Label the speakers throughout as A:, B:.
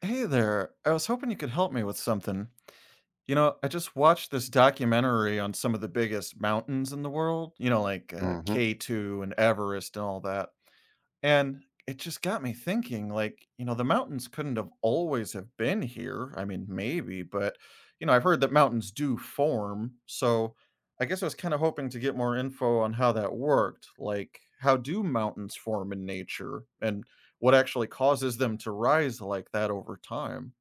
A: Hey there. I was hoping you could help me with something. You know, I just watched this documentary on some of the biggest mountains in the world, like
B: Hmm.
A: K2 and Everest and all that. And it just got me thinking like, the mountains couldn't have always have been here. I mean, maybe, but I've heard that mountains do form. So, I guess I was kind of hoping to get more info on how that worked. Like, how do mountains form in nature and what actually causes them to rise like that over time?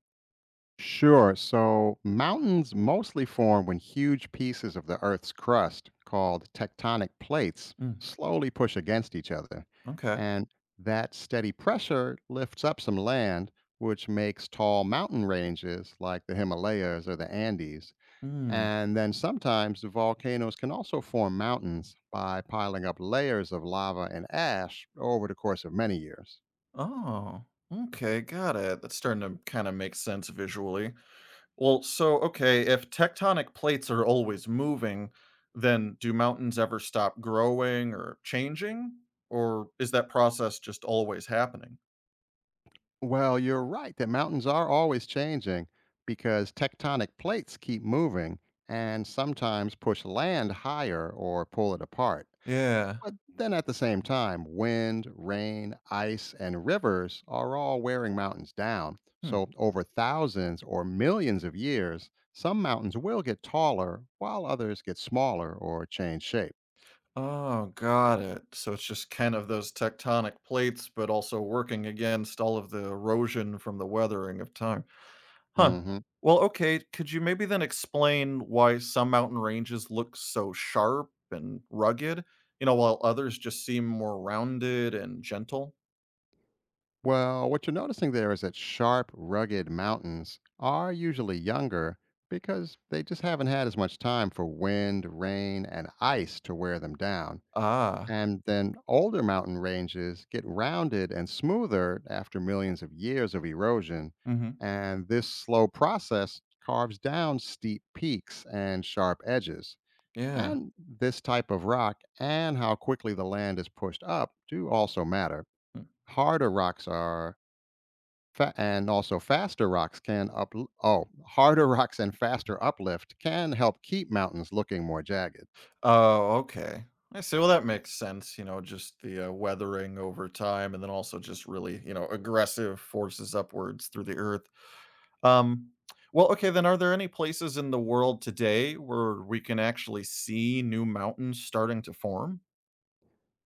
B: Sure. So mountains mostly form when huge pieces of the Earth's crust, called tectonic plates,
A: Mm,
B: slowly push against each other.
A: okay.
B: And that steady pressure lifts up some land, which makes tall mountain ranges like the Himalayas or the Andes.
A: Mm.
B: And then sometimes volcanoes can also form mountains by piling up layers of lava and ash over the course of many years.
A: Oh, okay. Got it. That's starting to kind of make sense visually. Well, so, okay, if tectonic plates are always moving, then do mountains ever stop growing or changing? Or is that process just always happening?
B: Well, you're right that mountains are always changing because tectonic plates keep moving and sometimes push land higher or pull it apart.
A: Yeah.
B: But then at the same time, wind, rain, ice, and rivers are all wearing mountains down.
A: Hmm.
B: So over thousands or millions of years, some mountains will get taller while others get smaller or change shape.
A: Oh, got it. So it's just kind of those tectonic plates, but also working against all of the erosion from the weathering of time. Huh.
B: Hmm.
A: Well, okay, could you maybe then explain why some mountain ranges look so sharp and rugged, while others just seem more rounded and gentle?
B: Well, what you're noticing there is that sharp, rugged mountains are usually younger because they just haven't had as much time for wind, rain, and ice to wear them down.
A: Ah.
B: And then older mountain ranges get rounded and smoother after millions of years of erosion.
A: Mhm.
B: And this slow process carves down steep peaks and sharp edges.
A: Yeah.
B: And this type of rock and how quickly the land is pushed up do also matter.
A: Mm.
B: Harder rocks are Fa- and also faster rocks can up oh Harder rocks and faster uplift can help keep mountains looking more jagged.
A: Oh, okay. I see. Well, that makes sense, just the, weathering over time and then also just really, aggressive forces upwards through the earth. Um, well, okay, then are there any places in the world today where we can actually see new mountains starting to form?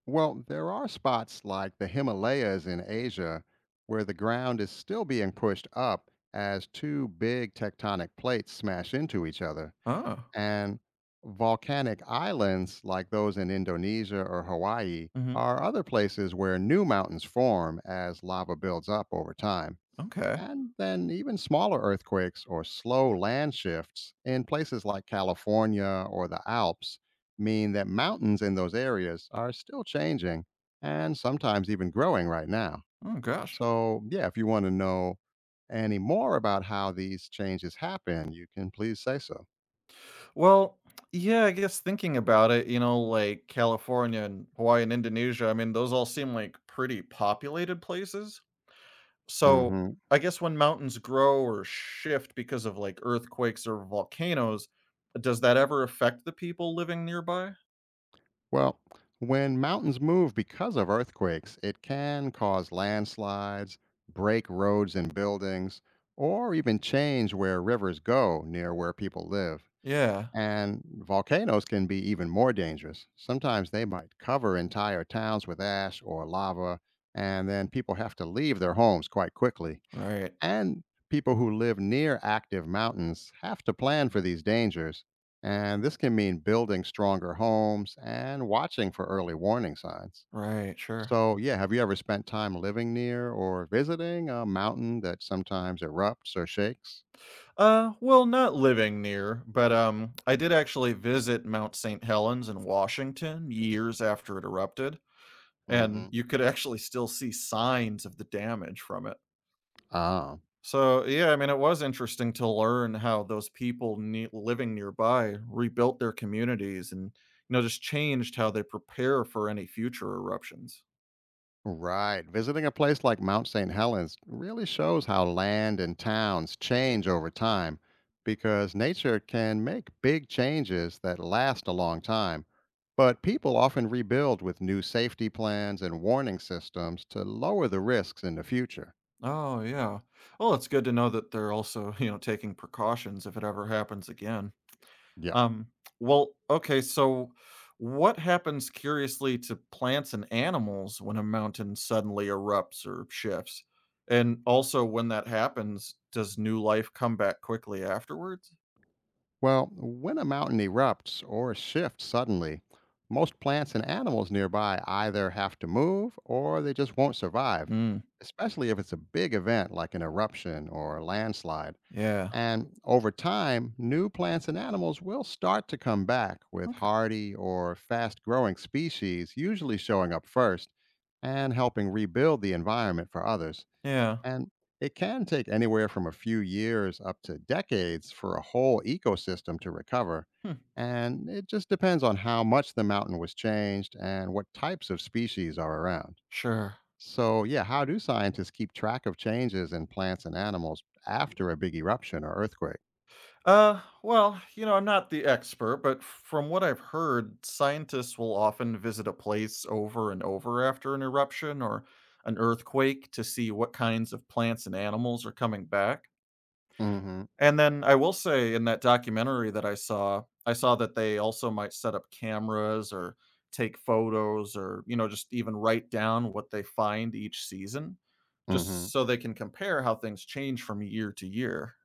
B: Well, there are spots like the Himalayas in Asia where the ground is still being pushed up as two big tectonic plates smash into each other.
A: Oh.
B: And volcanic islands like those in Indonesia or Hawaii
A: Mhm.
B: are other places where new mountains form as lava builds up over time.
A: Okay.
B: And then even smaller earthquakes or slow land shifts in places like California or the Alps mean that mountains in those areas are still changing and sometimes even growing right now.
A: Oh gosh.
B: So, yeah, if you want to know any more about how these changes happen, you can please say so.
A: Well, yeah, I guess thinking about it, like California and Hawaii and Indonesia, I mean, those all seem like pretty populated places. So
B: Hmm.
A: I guess when mountains grow or shift because of like earthquakes or volcanoes, does that ever affect the people living nearby?
B: Well, when mountains move because of earthquakes, it can cause landslides, break roads and buildings, or even change where rivers go near where people live.
A: Yeah.
B: And volcanoes can be even more dangerous. Sometimes they might cover entire towns with ash or lava, and then people have to leave their homes quite quickly.
A: Right.
B: And people who live near active mountains have to plan for these dangers. And this can mean building stronger homes and watching for early warning signs.
A: Right, sure.
B: So, yeah, have you ever spent time living near or visiting a mountain that sometimes erupts or shakes?
A: Well, not living near, but I did actually visit Mount St. Helens in Washington years after it erupted. And
B: Hmm.
A: you could actually still see signs of the damage from it.
B: Ah.
A: So, yeah, I mean, it was interesting to learn how those people living nearby rebuilt their communities and, just changed how they prepare for any future eruptions.
B: Right. Visiting a place like Mount St. Helens really shows how land and towns change over time because nature can make big changes that last a long time. But people often rebuild with new safety plans and warning systems to lower the risks in the future.
A: Oh, yeah. Well, it's good to know that they're also, taking precautions if it ever happens again.
B: Yeah.
A: Um, well, okay, so what happens curiously to plants and animals when a mountain suddenly erupts or shifts? And also, when that happens, does new life come back quickly afterwards?
B: Well, when a mountain erupts or shifts suddenly, most plants and animals nearby either have to move or they just won't survive,
A: Mm,
B: especially if it's a big event like an eruption or a landslide.
A: yeah.
B: And over time, new plants and animals will start to come back with
A: Okay.
B: hardy or fast growing species usually showing up first and helping rebuild the environment for others.
A: Yeah.
B: And it can take anywhere from a few years up to decades for a whole ecosystem to recover.
A: Hmm.
B: And it just depends on how much the mountain was changed and what types of species are around.
A: Sure.
B: So, yeah, how do scientists keep track of changes in plants and animals after a big eruption or earthquake?
A: Well, I'm not the expert, but from what I've heard, scientists will often visit a place over and over after an eruption or an earthquake to see what kinds of plants and animals are coming back.
B: Hmm.
A: And then I will say in that documentary that I saw that they also might set up cameras or take photos or, just even write down what they find each season
B: Hmm.
A: just so they can compare how things change from year to year.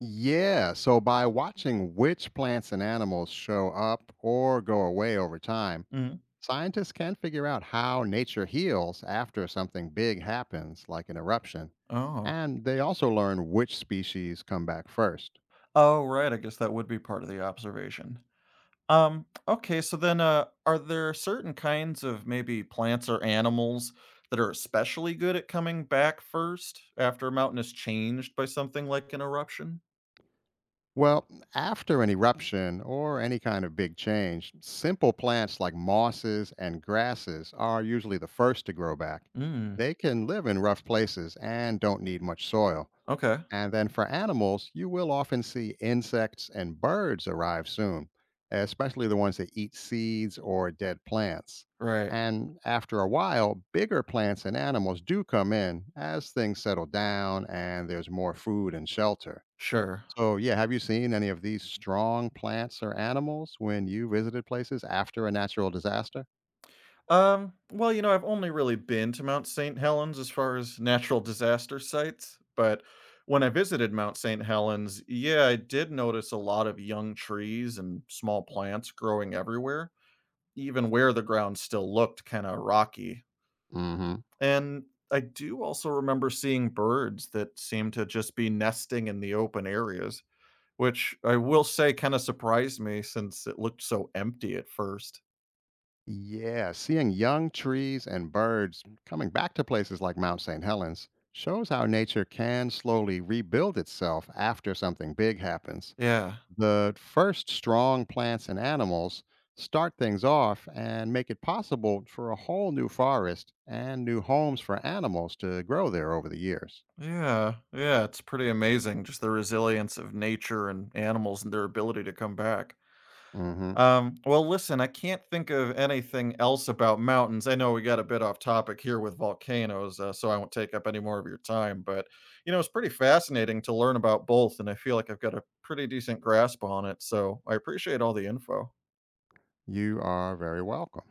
B: Yeah, so by watching which plants and animals show up or go away over time,
A: Mhm.
B: scientists can figure out how nature heals after something big happens, like an eruption,
A: Oh.
B: and they also learn which species come back first.
A: Oh, right. I guess that would be part of the observation. Okay, so then are there certain kinds of maybe plants or animals that are especially good at coming back first after a mountain is changed by something like an eruption?
B: Well, after an eruption or any kind of big change, simple plants like mosses and grasses are usually the first to grow back.
A: Mm,
B: They can live in rough places and don't need much soil.
A: okay.
B: And then for animals, you will often see insects and birds arrive soon, especially the ones that eat seeds or dead plants.
A: Right.
B: And after a while, bigger plants and animals do come in as things settle down and there's more food and shelter.
A: Sure.
B: So, yeah, have you seen any of these strong plants or animals when you visited places after a natural disaster?
A: Well, I've only really been to Mount St. Helens as far as natural disaster sites, but when I visited Mount St. Helens, yeah, I did notice a lot of young trees and small plants growing everywhere, even where the ground still looked kind of rocky.
B: Mm hmm.
A: And I do also remember seeing birds that seemed to just be nesting in the open areas, which I will say kind of surprised me since it looked so empty at first.
B: Yeah, seeing young trees and birds coming back to places like Mount St. Helens shows how nature can slowly rebuild itself after something big happens.
A: Yeah.
B: The first strong plants and animals start things off and make it possible for a whole new forest and new homes for animals to grow there over the years.
A: Yeah. Yeah, it's pretty amazing just the resilience of nature and animals and their ability to come back.
B: Hmm.
A: Well, listen, I can't think of anything else about mountains. I know we got a bit off topic here with volcanoes, so I won't take up any more of your time. But, it's pretty fascinating to learn about both, and I feel like I've got a pretty decent grasp on it. So I appreciate all the info.
B: You are very welcome.